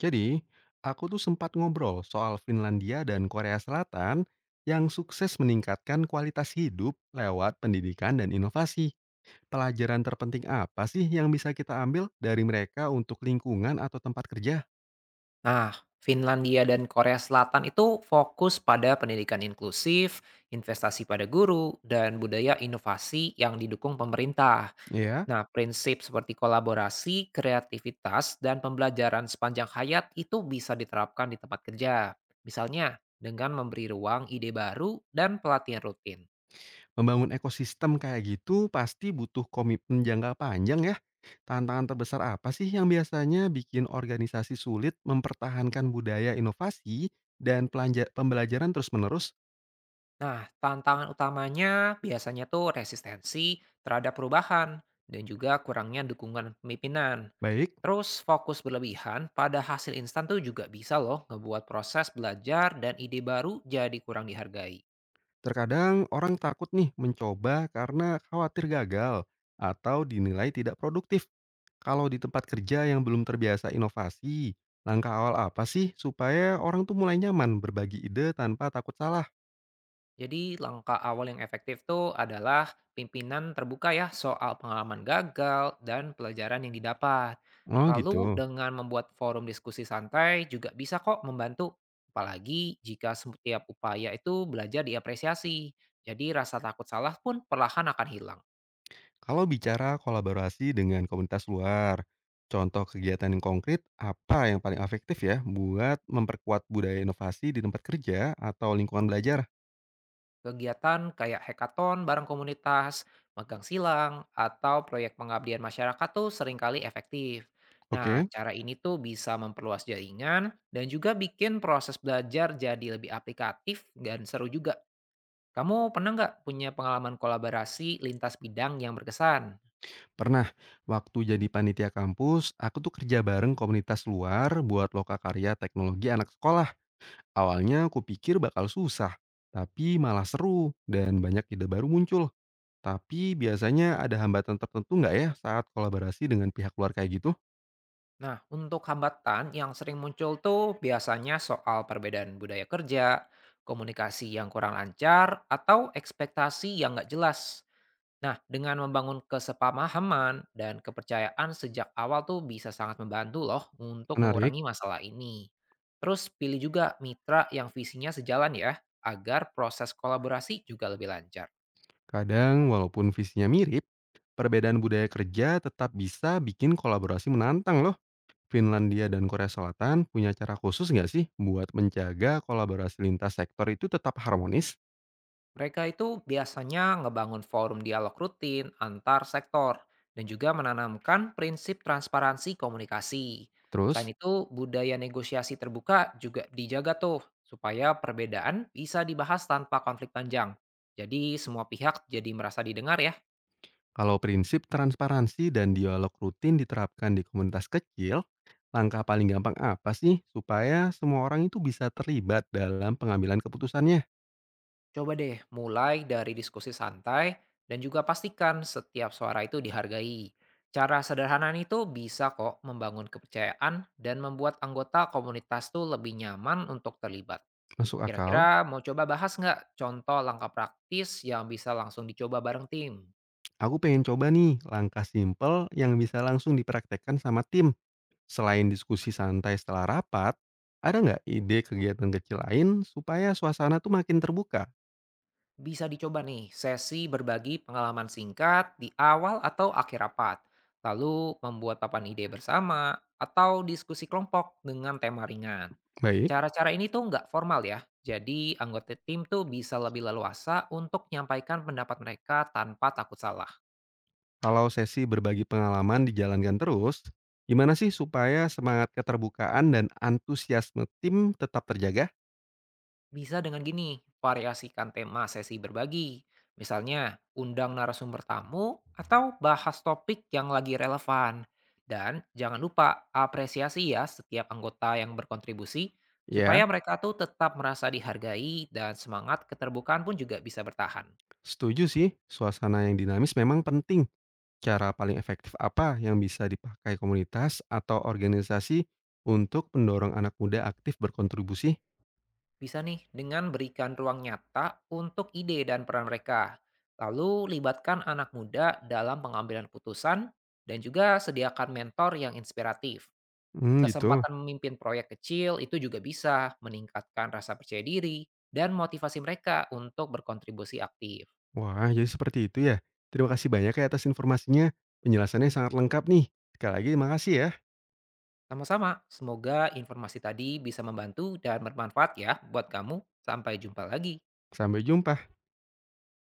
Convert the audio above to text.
Jadi, aku tuh sempat ngobrol soal Finlandia dan Korea Selatan yang sukses meningkatkan kualitas hidup lewat pendidikan dan inovasi. Pelajaran terpenting apa sih yang bisa kita ambil dari mereka untuk lingkungan atau tempat kerja? Nah, Finlandia dan Korea Selatan itu fokus pada pendidikan inklusif, investasi pada guru, dan budaya inovasi yang didukung pemerintah. Ya, Nah, prinsip seperti kolaborasi, kreativitas, dan pembelajaran sepanjang hayat itu bisa diterapkan di tempat kerja. Misalnya, dengan memberi ruang ide baru dan pelatihan rutin. membangun ekosistem kayak gitu pasti butuh komitmen jangka panjang ya. Tantangan terbesar apa sih yang biasanya bikin organisasi sulit mempertahankan budaya inovasi dan pembelajaran terus-menerus? Nah, tantangan utamanya biasanya tuh resistensi terhadap perubahan dan juga kurangnya dukungan pemimpinan. Baik. Terus fokus berlebihan pada hasil instan tuh juga bisa loh ngebuat proses belajar dan ide baru jadi kurang dihargai. Terkadang orang takut nih mencoba karena khawatir gagal atau dinilai tidak produktif. Kalau di tempat kerja yang belum terbiasa inovasi, langkah awal apa sih supaya orang tuh mulai nyaman berbagi ide tanpa takut salah? Jadi langkah awal yang efektif tuh adalah pimpinan terbuka ya soal pengalaman gagal dan pelajaran yang didapat. Oh Lalu gitu. dengan membuat forum diskusi santai juga bisa kok membantu. Apalagi jika setiap upaya itu belajar diapresiasi. Jadi rasa takut salah pun perlahan akan hilang. Kalau bicara kolaborasi dengan komunitas luar, contoh kegiatan yang konkret apa yang paling efektif ya buat memperkuat budaya inovasi di tempat kerja atau lingkungan belajar? Kegiatan kayak hackathon bareng komunitas, magang silang, atau proyek pengabdian masyarakat tuh seringkali efektif. Nah, Oke. cara ini tuh bisa memperluas jaringan dan juga bikin proses belajar jadi lebih aplikatif dan seru juga. Kamu pernah nggak punya pengalaman kolaborasi lintas bidang yang berkesan? Pernah, waktu jadi panitia kampus, aku tuh kerja bareng komunitas luar buat loka karya teknologi anak sekolah. Awalnya aku pikir bakal susah, tapi malah seru dan banyak ide baru muncul. Tapi biasanya ada hambatan tertentu nggak ya saat kolaborasi dengan pihak luar kayak gitu? Nah, untuk hambatan yang sering muncul tuh biasanya soal perbedaan budaya kerja, komunikasi yang kurang lancar, atau ekspektasi yang nggak jelas. Nah, dengan membangun kesepahaman dan kepercayaan sejak awal tuh bisa sangat membantu loh untuk Menarik, mengurangi masalah ini. Terus pilih juga mitra yang visinya sejalan ya, agar proses kolaborasi juga lebih lancar. kadang walaupun visinya mirip, perbedaan budaya kerja tetap bisa bikin kolaborasi menantang loh. Finlandia dan Korea Selatan punya cara khusus nggak sih buat menjaga kolaborasi lintas sektor itu tetap harmonis? Mereka itu biasanya ngebangun forum dialog rutin antar sektor dan juga menanamkan prinsip transparansi komunikasi. Terus, Selain itu, budaya negosiasi terbuka juga dijaga tuh supaya perbedaan bisa dibahas tanpa konflik panjang. Jadi semua pihak jadi merasa didengar ya. kalau prinsip transparansi dan dialog rutin diterapkan di komunitas kecil, langkah paling gampang apa sih supaya semua orang itu bisa terlibat dalam pengambilan keputusannya? Coba deh mulai dari diskusi santai dan juga pastikan setiap suara itu dihargai. Cara sederhana itu bisa kok membangun kepercayaan dan membuat anggota komunitas tuh lebih nyaman untuk terlibat. Masuk akal? Kira-kira mau coba bahas nggak contoh langkah praktis yang bisa langsung dicoba bareng tim? Aku pengen coba nih langkah simple yang bisa langsung dipraktekkan sama tim. Selain diskusi santai setelah rapat, ada nggak ide kegiatan kecil lain supaya suasana tuh makin terbuka? Bisa dicoba nih sesi berbagi pengalaman singkat di awal atau akhir rapat, lalu membuat papan ide bersama atau diskusi kelompok dengan tema ringan. Baik. Cara-cara ini tuh nggak formal ya, jadi anggota tim tuh bisa lebih leluasa untuk menyampaikan pendapat mereka tanpa takut salah. Kalau sesi berbagi pengalaman dijalankan terus, gimana sih supaya semangat keterbukaan dan antusiasme tim tetap terjaga? Bisa dengan gini, variasikan tema sesi berbagi. Misalnya, undang narasumber tamu atau bahas topik yang lagi relevan. Dan jangan lupa apresiasi ya setiap anggota yang berkontribusi, supaya Ya, mereka tuh tetap merasa dihargai dan semangat keterbukaan pun juga bisa bertahan. setuju sih, suasana yang dinamis memang penting. Cara paling efektif apa yang bisa dipakai komunitas atau organisasi untuk mendorong anak muda aktif berkontribusi? Bisa nih dengan berikan ruang nyata untuk ide dan peran mereka. Lalu libatkan anak muda dalam pengambilan putusan dan juga sediakan mentor yang inspiratif. Hmm, gitu. Kesempatan memimpin proyek kecil itu juga bisa meningkatkan rasa percaya diri dan motivasi mereka untuk berkontribusi aktif. Wah, jadi seperti itu ya. Terima kasih banyak ya atas informasinya. Penjelasannya sangat lengkap nih. Sekali lagi, makasih ya. Sama-sama, semoga informasi tadi bisa membantu dan bermanfaat ya buat kamu. Sampai jumpa lagi. Sampai jumpa.